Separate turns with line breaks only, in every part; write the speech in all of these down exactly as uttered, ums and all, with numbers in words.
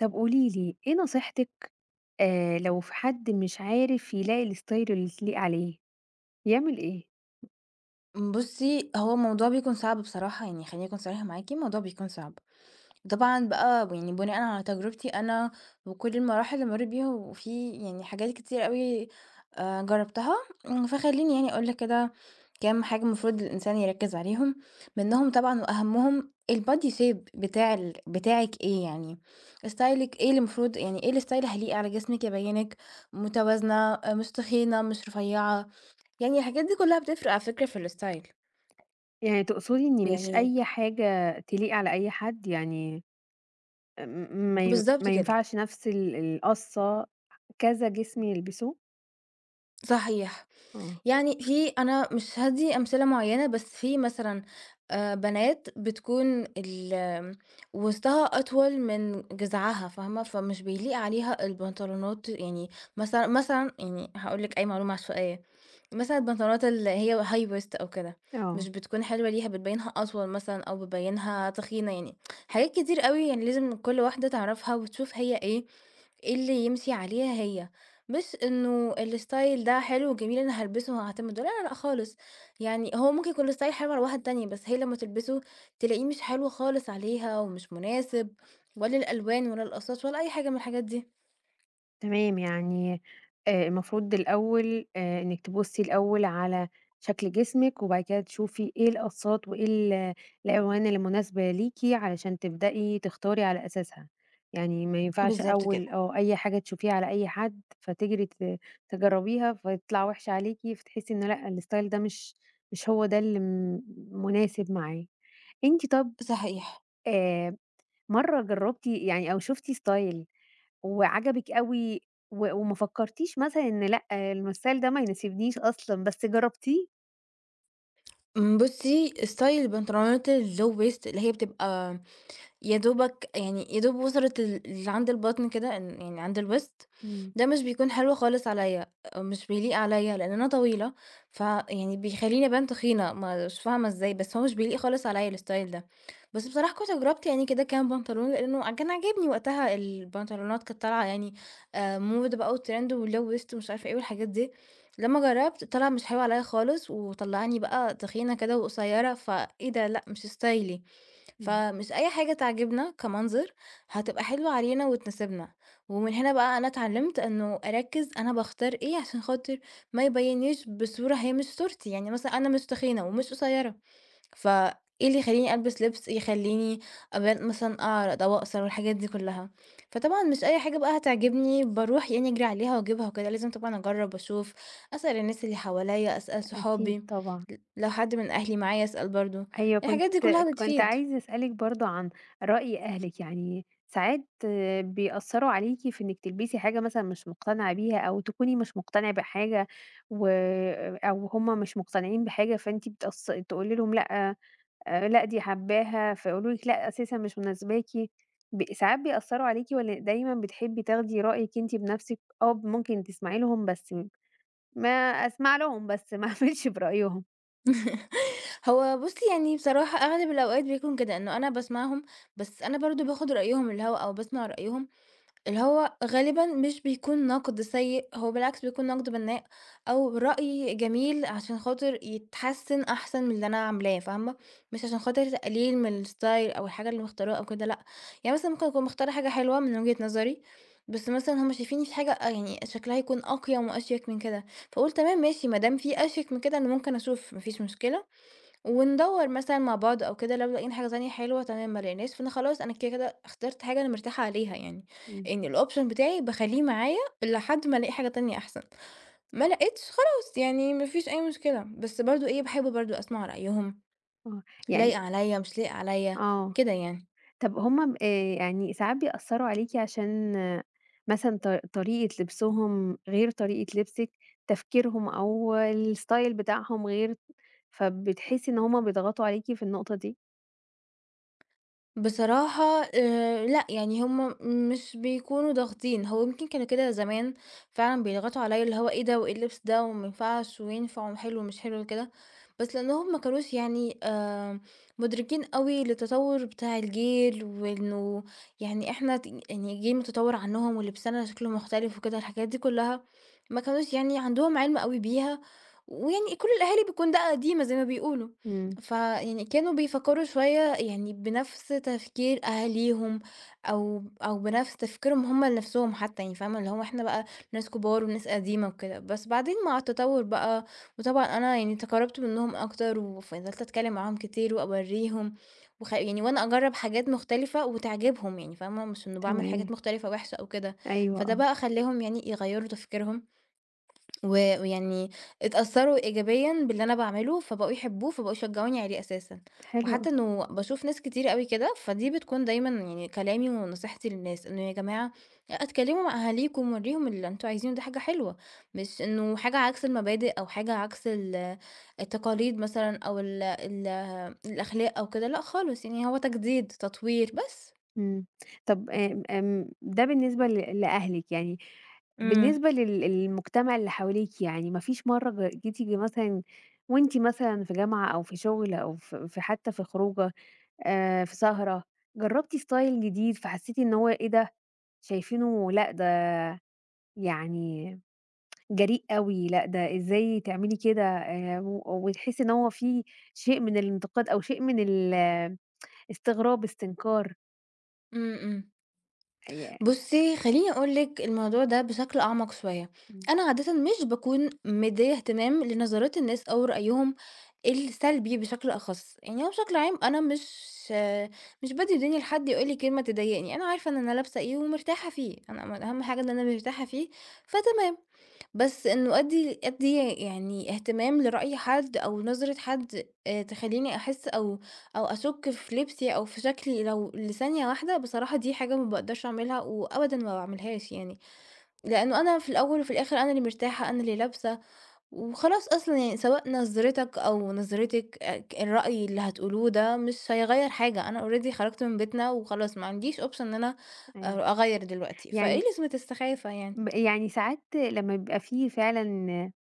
طب قولي لي إيه نصيحتِك. آآ لو في حد مش عارف يلاقي الstyle اللي تليق عليه، يعمل إيه؟
بُصّي، هو الموضوع بيكون صعب بصراحة، يعني خلّيني أكون صريحة معاكِ، الموضوع بيكون صعب. وطبعًا بقى ب يعني بناءً على تجربتي أنا وكل المراحل اللي مرّيت بيها، وفي يعني حاجات كتيرة أوي آآ جرّبتها، إمم، فخلّيني يعني أقول لك كده كام حاجة المفروض الإنسان يركّز عليهم، منّهم طبعًا وأهمهم الbody shape بتاع ال بتاعِك إيه يعني، ستايلِك إيه اللي المفروض يعني إيه الستايل هيليق على جسمِك يبيّنِك متوازنة، آه، مش تخينة، مش رفيّعة، يعني الحاجات دي كلّها بتفرق على فكرة في الstyle.
يعني تقصدي إن مش
يعني
أي حاجة تليق على أي حد، يعني م م- ما ين
بالضبط
ما
كده،
ينفعش نفس ال القصّة كذا جسم يلبسوه؟
صحيح.
آه،
يعني في أنا مش هادّي أمثلة معيّنة، بس في مثلًا آآ بنات بتكون ال آمم وسطها أطول من جذعها فاهمة؟ فمش بيليق عليها البنطلونات يعني، مثلًا مثلًا يعني هاقول لِك أي معلومة عشوائية، مثلًا البنطلونات اللي هي high waist أو كده، مش
آه.
بتكون حلوة ليها، بتبيّنها أطول مثلًا أو بتبيّنها تخينة يعني، حاجات كتير أوي يعني لازم كل واحدة تعرفها وتشوف هي إيه إيه اللي يمشي عليها هي، مش إنه الstyle ده حلو وجميل أنا هالبسه وهاعتمد عليه، لا، لا، لأ خالص، يعني هو ممكن يكون الstyle حلو على واحدة تانية، بس هي لمّا تلبسه تلاقيه مش حلو خالص عليها ومش مناسب ولا الألوان ولا القصات ولا أي حاجة من الحاجات دي.
تمام. يعني آآ المفروض الأول آآ إنِّك تبُصّي الأول على شكل جسمِك، وبعد كده تشوفي إيه القصّات وإيه ال الألوان اللي مناسبة ليكِ علشان تبدئي تختاري على أساسها، يعني ما ينفعش بالضبط.
بالضبط كده،
أول آه، أي حاجة تشوفيها على أي حد فتجري ت تجرّبيها فتطلع وِحشة عليكِ، فتحسّي إن لأ الstyle ده مش مش هو ده اللي م مناسب معايا. أنتِ، طَب
صحيح.
آآ مرّة جرّبتِ يعني أو شُفتِ style وعجبِك أوي، و وما فكّرتيش مثلًا إن لأ، الstyle ده ما يناسبنيش أصلًا، بس جرّبتيه؟
امم، بُصي style البنطلونات الlow waist اللي هي بتبقى يا دوبك يعني يا دوب وصلت ال اللي عند البطن كده إن يعني عند الوسط،
إمم،
ده مش بيكون حلو خالص عليَّ، مش بيليق عليَّ لأن أنا طويلة، فيعني بيخلّيني أبان تخينة، ما- مش فاهمة إزاي، بس هو مش بيليق خالص عليَّ الستايل ده. بس بصراحة كنت جربت يعني كده كام بنطلون لأنه كان عاجبني وقتها البنطلونات كانت طالعة يعني آآ موضة بقى وtrend والlow waist ومش عارفة إيه والحاجات دي، لمّا جربت طلع مش حلو عليَّ خالص، وطلعني بقى تخينة كده وقصيرة، فإيه ده لأ مش ستايلي.
إمم،
فمش أي حاجة تعجبنا كمنظر هتبقى حلوة علينا وتناسبنا، ومن هنا بقى أنا اتعلمت إنه أركّز أنا باختار إيه عشان خاطر ما يبيننيش بصورة هي مش صورتي، يعني مثلًا أنا مش تخينة ومش قصيرة، فإيه اللي يخلّيني ألبس لبس يخلّيني أبان مثلًا أعرض أو أقصر والحاجات دي كلّها. فطبعًا مش أي حاجة بقى هتعجبني باروح يعني أجري عليها وأجيبها وكده، لازم طبعًا أجرّب وأشوف، أسأل الناس اللي حواليّا، أسأل
أكيد
صحابي،
طبعًا.
ل لو حد من أهلي معايا أسأل برضه،
أيوه، كنت
الحاجات دي كلّها
كنت
بتفيد.
عايزة أسألِك برضه عن رأي أهلِك، يعني ساعات آه، بيأثّروا عليكِ في إنِّك تلبسي حاجة مثلًا مش مقتنعة بيها أو تكوني مش مقتنعة بحاجة و أو هم مش مقتنعين بحاجة، فأنتِ بتأث تقولي لهم لأ، آآ لأ دي حاباها، فيقولوا لِك لأ أساسًا مش مناسباكِ. ب ساعات بيأثّروا عليكِ والّا دايمًا بتحبي تاخدي رأيِك أنتِ بنَفْسِك؟ آه، ممكن تسمعي لهم بس ما أسمع لهم بس ما أعملش برأيهم.
هو بُصّي، يعني بصراحة أغلب الأوقات بيكون كده، إنه أنا باسمعهم، بس أنا برضه باخُد رأيهم اللي هو أو باسمع رأيهم اللي هو غالبًا مش بيكون نقد سيء، هو بالعكس بيكون نقد بناء أو رأي جميل عشان خاطر يتحسّن أحسن من اللي أنا عاملاه فاهمة، مش عشان خاطر تقليل من الstyle أو الحاجة اللي مختاراها أو كده لأ، يعني مثلًا ممكن أكون مختارة حاجة حلوة من وجهة نظري، بس مثلًا هُم شايفيني في حاجة آه يعني شكلها يكون أقيَم وأشيك من كده، فاقول تمام ماشي ما دام في أشيك من كده أنا ممكن أشوف ما فيش مشكلة. وندوّر مثلًا مع بعض أو كده، لو لقينا حاجة تانية حلوة تمام، ما لقيناش فأنا خلاص أنا كده، كده اخترت حاجة أنا مرتاحة عليها يعني،
إمم.
يعني الoption بتاعي باخلّيه معايا لحد ما ألاقي حاجة تانية أحسن، ما لقيتش خلاص يعني ما فيش أي مشكلة، بس برضه إيه، باحب برضه أسمع رأيهم،
آه. يعني،
لايقة عليَّ، مش لايقة عليَّ،
آه.
كده يعني.
طب هُم ب آآ يعني ساعات بيأثّروا عليكِ عشان آه، مثلًا ط طريقة لبسهم غير طريقة لبسِك، تفكيرهم أو الstyle بتاعهم غير. فبتحسّي إن هُم بيضغطوا عليكِ في النقطة دي؟
بصراحة آآ لأ، يعني هُم مش بيكونوا ضاغطين، هو يمكن كانوا كده زمان فعلًا بيضغطوا عليَّ اللي هو إيه ده وإيه اللبس ده وما ينفعش وينفع وحلو ومش حلو وكده، بس لأنهم ما كانوش يعني آآ مدركين أوي للتطور بتاع الجيل، وإنه يعني إحنا ت يعني جيل متطور عنهم ولبسنا شكله مختلف وكده، الحاجات دي كلها ما كانوش يعني عندهم علم أوي بيها، ويعني كل الأهالي بتكون دقة قديمة زي ما بيقولوا.
إمم،
فيعني كانوا بيفكّروا شوية يعني بنَفْس تفكير أهاليهم أو أو بنَفْس تفكيرهم هم لنَفْسهم حتّى يعني فاهمة، اللي هو إحنا بقى ناس كبار وناس قديمة وكده، بس بعدين مع التطوُّر بقى وطبعًا أنا يعني تقرّبت منّهم أكتر وفضلت أتكلّم معاهم كتير وأورّيهم وخ يعني وأنا أجرّب حاجات مختلفة وتعجبهم يعني فاهمة، مش إنه باعمل حاجات
تمام،
مختلفة وِحشة أو كده،
أيوه،
فده
آه،
بقى خلّاهم يعني يغيّروا تفكيرهم و ويعني اتأثّروا إيجابيًا باللي أنا باعمله، فبقوا يحبّوه، فبقوا يشجّعوني عليه أساسًا،
حلو
وحتّى
أوي.
إنه باشوف ناس كتير أوي كده، فدي بتكون دايمًا يعني كلامي ونصيحتي للناس، إنه يا جماعة اتكلّموا مع أهاليكم، ورّيهم اللي أنتم عايزينه ده حاجة حلوة، مش إنه حاجة عكس المبادئ أو حاجة عكس ال التقاليد مثلًا أو ال ال الأخلاق أو كده، لأ خالص، يعني هو تجديد، تطوير، بس.
إمم. طب، آمم، آمم، ده بالنسبة ل لأهلِك يعني،
إمم.
بالنسبة لل للمجتمع اللي حواليكِ. يعني ما فيش مرّة ج جيتِ ج مثلًا وأنتِ مثلًا في جامعة أو في شغل أو ف في حتى في خروجة، آآ، في سهرة، جرّبتِ style جديد فحسّيتِ إن هو إيه ده، شايفينه لأ ده يعني جريء أوي، لأ ده إزاي تعملي كده، آآ، و وتحسّي إن هو في شيء من الانتقاد أو شيء من ال استغراب، استنكار،
إمم، إمم.
آآ،
بُصّي، خلّيني أقول لِك الموضوع ده بشكل أعمق شوية.
إمم،
أنا عادةً مش باكون مدّية اهتمام لنظرات الناس أو رأيهم السلبي بشكل أخَص. يعني هو بشكل عام أنا مش مش بادّي دنيا لحد يقول لي كلمة تضايقني، أنا عارفة إن أنا لابسة إيه ومرتاحة فيه، أنا م أهم حاجة إن أنا مرتاحة فيه، فتمام. بس إنه أدّي أدّي يعني اهتمام لرأي حد أو نظرة حد آآ تخلّيني أحس أو أو أشُك في لبسي أو في شكلي لو لثانية واحدة، بصراحة دي حاجة ما باقدرش أعملها وأبدًا ما باعملهاش يعني، لإنه أنا في الأول وفي الآخر أنا اللي مرتاحة، أنا اللي لابسة، وخلاص أصلًا يعني سواء نظرتك أو نظرتِك آآ ك الرأي اللي هتقولوه ده مش هيغيّر حاجة، أنا already خرجت من بيتنا وخلاص ما عنديش option إن أنا
أيوه.
أ أغيّر دلوقتي، فإيه
يعني
لازمة السخافة يعني؟
ب يعني ساعات لمّا بيبقى في فعلًا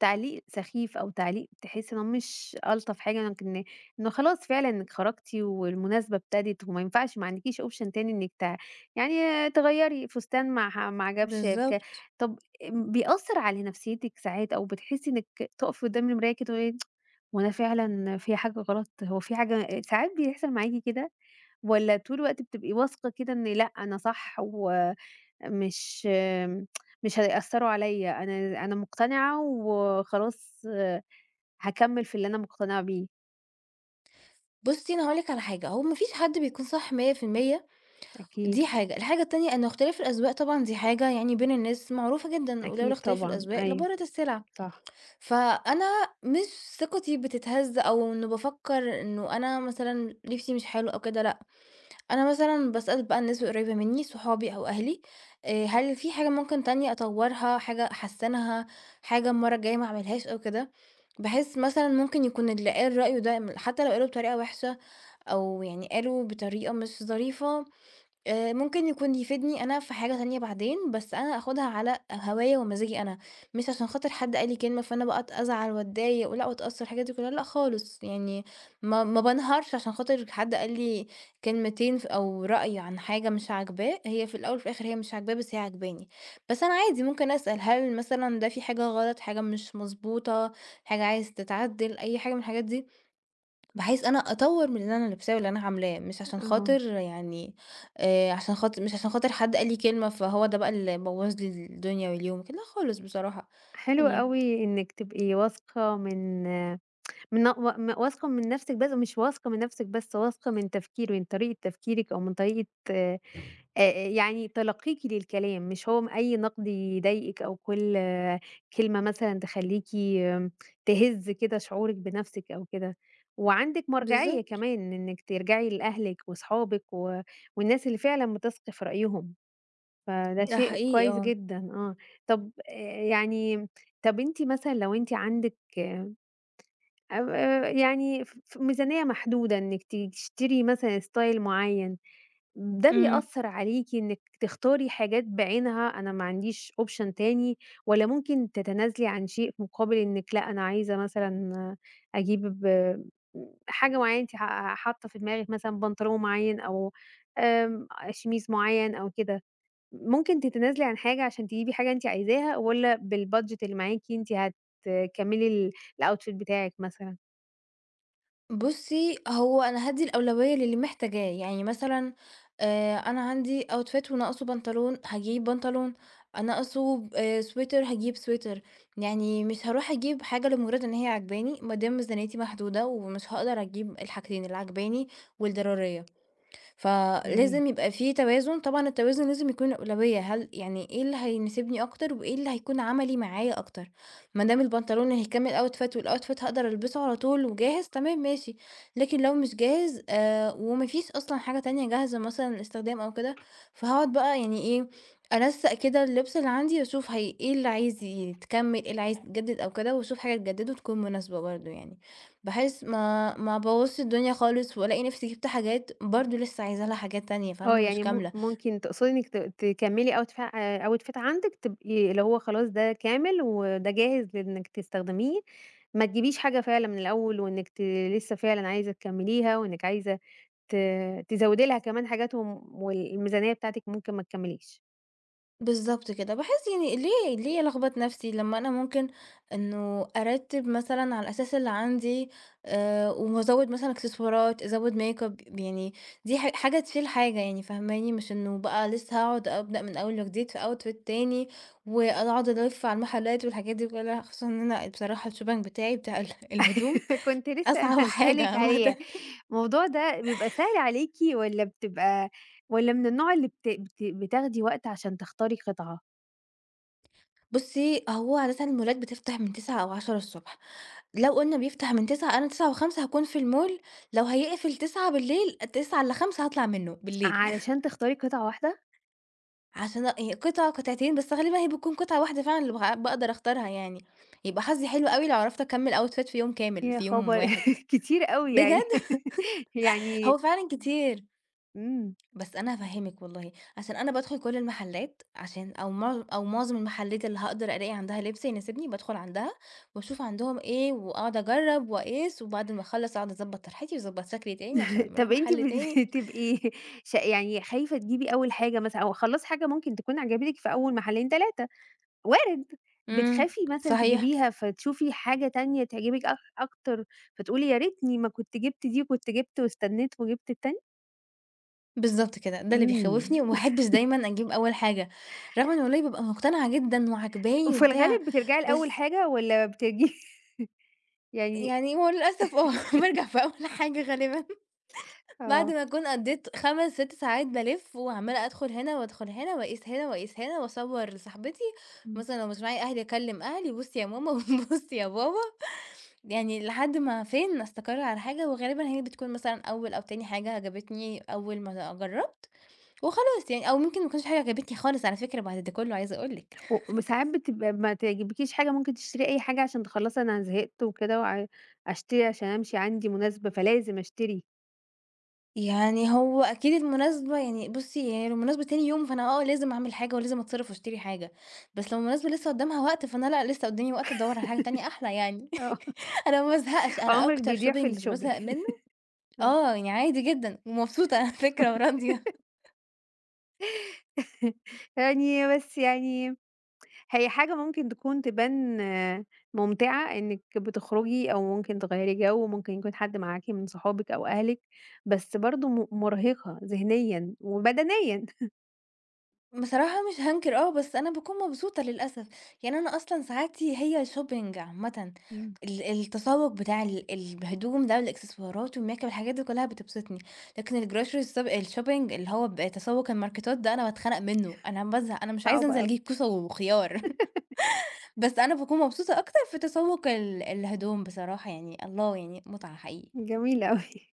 تعليق سخيف أو تعليق تحسّي إن هو مش ألطف حاجة، لكن إنه خلاص فعلًا إنِّك خرجتِ والمناسبة ابتدت وما ينفعش، ما عندكيش option تاني إنِّك ت يعني تغيّري فستان ما ح ما عجبش بك.
بالضبط.
طب م بيأثّر على نفسيتِك ساعات أو بتحسّي إنِّك تُقفي قدّام المراية كده تقولي هو أنا فعلًا في حاجة غلط؟ هو في حاجة ساعات بيحصل معاكِ كده، والّا طول الوقت بتبقي واثقة كده إن لأ، أنا صح، و مش آمم، مش هيأثّروا عليّا، أنا أنا مقتنعة وخلاص، هاكمّل في اللي أنا مقتنعة بيه،
بُصّي، أنا هاقول لِك على حاجة، هو ما فيش حد بيكون صح مية في المية.
أكيد،
دي حاجة، الحاجة التانية إن اختلاف الأذواق طبعًا دي حاجة يعني بين الناس معروفة جدًا، ولولا
أكيد
اختلاف
طبعًا،
الأذواق
أيوه،
لبارت السلع،
صح،
فأنا مش ثقتي بتتهز أو إنه بافكّر إنه أنا مثلًا لبسي مش حلو أو كده لأ، أنا مثلًا باسأل بقى الناس القريبة منّي صحابي أو أهلي، آآ، هل في حاجة ممكن تانية أطوّرها، حاجة أحسّنها، حاجة المرّة الجاية ما أعملهاش أو كده، بحيث مثلًا ممكن يكون اللي قال رأيه ده م حتى لو قاله بطريقة وحشة أو يعني قالوا بطريقة مش ظريفة آآ ممكن يكون يفيدني أنا في حاجة تانية بعدين، بس أنا آخُدها على هوايا ومزاجي أنا، مش عشان خاطر حد قال لي كلمة فأنا بقى أت أزعل واتضايق ولأ واتأثّر الحاجات دي كلّها لأ خالص، يعني ما ما بانهارش عشان خاطر حد قال لي كلمتين ف أو رأي عن حاجة مش عاجباه، هي في الأول وفي الآخر هي مش عاجباه بس هي عاجباني، بس أنا عادي ممكن أسأل هل مثلًا ده في حاجة غلط، حاجة مش مضبوطة، حاجة عايز تتعدّل، أي حاجة من الحاجات دي؟ بحيث أنا أطوّر من اللي أنا لابساه واللي أنا عاملاه، مش عشان
آه.
خاطر يعني آآ عشان خاطر مش عشان خاطر حد قال لي كلمة فهو ده بقى اللي بوّظ لي الدنيا واليوم وكده، لأ خالص بصراحة،
حلو
يعني
أوي إنِّك تبقي واثقة من من و م واثقة من نفسِك. بس مش واثقة من نفسِك بس، واثقة من تفكير من طريقة تفكيرِك أو من طريقة آآ آآ يعني تلقيكِ للكلام، مش هو م أي نقد يضايقِك أو كل كلمة مثلًا تخلّيكِ آمم تهِز كده شعورِك بنفسِك أو كده. وعندِك مرجعية
بالضبط،
كمان إنِّك ترجعي لأهلِك وأصحابِك و والناس اللي فعلًا بتثقي في رأيهم، فده
ده
شيء
حقيقي
كويس
آه.
جدًا، آه. طب آآ يعني، طب أنتِ مثلًا لو أنتِ عندِك أب آآ يعني ف ف ميزانية محدودة إنِّك ت تشتري مثلًا style معيّن، ده
إمم.
بيأثّر عليكِ إنِّك تختاري حاجات بعينها، أنا ما عنديش option تاني، والّا ممكن تتنازلي عن شيء في مقابل إنِّك لأ، أنا عايزة مثلًا أجيب ب حاجة معيّنة أنتِ ح حاطّة في دماغِك مثلًا بنطلون معيّن أو آمم شميز معيّن أو كده، ممكن تتنازلي عن حاجة عشان تجيبي حاجة أنتِ عايزاها، والّا بالbudget اللي معاكِ أنتِ هتكمّلي ال الoutfit بتاعِك مثلًا؟
بُصّي، هو أنا هادّي الأولوية للي محتاجاه، يعني مثلًا آآ أنا عندي outfit وناقصه بنطلون، هاجيب بنطلون، ناقصه آآ sweater هاجيب sweater، يعني مش هاروح أجيب حاجة لمجرد إن هي عاجباني، ما دام ميزانيتي محدودة ومش هاقدر أجيب الحاجتين، اللي عاجباني والضرورية.
تمام.
فلازم يبقى في توازن، طبعًا التوازن لازم يكون أولوية، هل يعني إيه اللي هيناسبني أكتر وإيه اللي هيكون عملي معايا أكتر، ما دام البنطلون هيكمّل outfit والoutfit هاقدر ألبسه على طول وجاهز تمام ماشي، لكن لو مش جاهز آآ وما فيش أصلًا حاجة تانية جاهزة مثلًا للاستخدام أو كده، فهاقعد بقى يعني إيه، أنسّق كده اللبس اللي عندي وأشوف هي إيه اللي عايز يتكمّل، إيه اللي عايز يتجدد أو كده وأشوف حاجة تجدده وتكون مناسبة برضه يعني. بحيث ما ما ابوظش الدنيا خالص والاقي نفسي جبت حاجات برضه لسه عايزة لها حاجات تانية
آه،
فاهمة مش
يعني م
كاملة.
ممكن تقصدي إنِّك ت تكمّلي outfit، آآ outfit عندِك تبقي اللي هو خلاص ده كامل وده جاهز لإنِّك تستخدميه، ما تجيبيش حاجة فعلًا من الأول وإنِّك ت لسه فعلًا عايزة تكمّليها وإنِّك عايزة ت تزوّدي لها كمان حاجات وم والميزانية بتاعتِك ممكن ما تكمّليش.
بالضبط كده باحس يعني ليه ليه الخبط نفسي لما انا ممكن انه ارتب مثلا على الاساس اللي عندي آه وازود مثلا اكسسوارات ازود ميك اب يعني دي ح- حاجة تشيل حاجة يعني فاهماني مش انه بقى لسه هقعد ابدا من اول وجديد في اوتفيت تاني واقعد الف على المحلات والحاجات دي كلها خصوصا ان انا بصراحة الشوبنج بتاعي بتاع ال- الهدوم
كنت لسه
اصعب حاجة
هاسألِك
عامة.
عليه. الموضوع ده بيبقى سهل عليكِ والّا بتبقى، والّا من النوع اللي بت بت بتاخدي وقت عشان تختاري قطعة؟
بُصّي، هو عادةً المولات بتفتح من تسعة أو عشرة ص. لو قُلنا بيفتح من تسعة أنا تسعة وخمسة هاكون في المول، لو هيقفل تسعة تسعة-خمسة هاطلع منه بالليل.
علشان تختاري قطعة واحدة؟
عشان أ قطعة قطعتين بس غالبًا هي بتكون قطعة واحدة فعلًا اللي باع باقدر أختارها يعني، يبقى حظي حلو أوي لو عرفت أكمّل outfit في يوم كامل،
يا
في يوم
خبر!
واحد.
كتير أوي يعني.
بجد! هو
يعني.
فعلًا كتير.
إمم.
بس أنا هافهّمِك والله، عشان أنا بادخل كل المحلات عشان أو معظ أو معظم المحلات اللي هاقدر ألاقي عندها لبس يناسبني بادخل عندها، واشوف عندهم إيه واقعد أجرّب وأقيس، وبعد ما أخلّص اقعد أضبّط طرحتي واضبّط شكلي تاني عشان أمّا اروح
طب أنتِ
محل
بت
تاني.
بتبقي ش يعني خايفة تجيبي أول حاجة مثلًا، أو خلاص حاجة ممكن تكون عجبتِك في أول محلين ثلاثة. وارد.
إمم،
بتخافي مثلًا
صحيح،
تجيبيها فتشوفي حاجة تانية تعجبِك أك أكتر، فتقولي يا ريتني ما كنت جبت دي وكنت جبت واستنيت وجبت التانية؟
بالضبط كده، ده اللي
إمم.
بيخوّفني وما باحبش دايمًا أجيب أول حاجة، رغم إن والله بابقى مقتنعة جدًا وعاجباني
في
وبتاع،
الغالب بترجعي لأول
بس
حاجة والّا بترجعي؟ يعني،
يعني هو للأسف آه، بارجع في أول حاجة غالبًا. بعد
آه.
ما أكون قضّيت خمس، ست ساعات بالِف وعمّالة أدخل هنا وأدخل هنا وأقيس هنا وأقيس هنا وأصوّر لصاحبتي،
إمم.
مثلًا لو مش معايا أهلي أكلّم أهلي، بُصّي يا ماما وبُصّي يا بابا، يعني لحد ما فين أستقر على حاجة، وغالبًا هي بتكون مثلًا أول أو تاني حاجة عجبتني أول ما جرّبت وخلاص يعني، أو ممكن ما يكونش في حاجة عجبتني خالص على فكرة بعد ده كُلّه عايزة أقول لِك.
و وساعات بتبقى ما تعجبكيش حاجة ممكن تشتري أي حاجة عشان تخلّصي، أنا زهقت وكده وع أشتري عشان أمشي، عندي مناسبة فلازم أشتري.
يعني هو أكيد المناسبة يعني بُصّي، هي لو مناسبة تاني يوم، فأنا آه، لازم أعمل حاجة ولازم أتصرّف وأشتري حاجة، بس لو المناسبة لسه قدّامها وقت، فأنا لأ، لسه قدّامي وقت أدوّر على حاجة تانية أحلى يعني،
آه.
أنا ما بازهقش، أنا
عمرِك
أكتر
بيضيع
shopping
في
مش بازهق
الshopping.
منّه
آه.
آه، يعني عادي جدًا ومبسوطة على فكرة وراضية.
يعني، بس يعني هي حاجة ممكن تكون تبان آه، ممتعة إنِّك بتخرجي أو ممكن تغيّري جو، ممكن يكون حد معاكِ من صحابِك أو أهلِك، بس برضه م مرهقة ذهنيًا وبدنيًا.
بصراحة مش هانكر آه، بس أنا باكون مبسوطة للأسف، يعني أنا أصلًا ساعاتي هي shopping عامةً،
إمم.
ال التسوق بتاع ال الهدوم ده والإكسسوارات والmakeup الحاجات دي كلها بتبسطني، لكن الgrocery السب الshopping اللي هو ب تسوق الماركتات ده أنا باتخنق منه، أنا بازهق، أنا مش عايزة
صعبة
أنزل
أوي.
أجيب كوسة وخيار، بس أنا باكون مبسوطة أكتر في تسوق ال الهدوم بصراحة يعني الله يعني متعة حقيقي،
جميل أوي.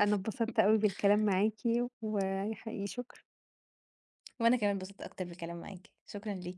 أنا اتبسطت أوي بالكلام معاكِ، وحقيقي شكرًا.
وأنا كمان اتبسطت أكتر بالكلام معاك، شكرًا ليك.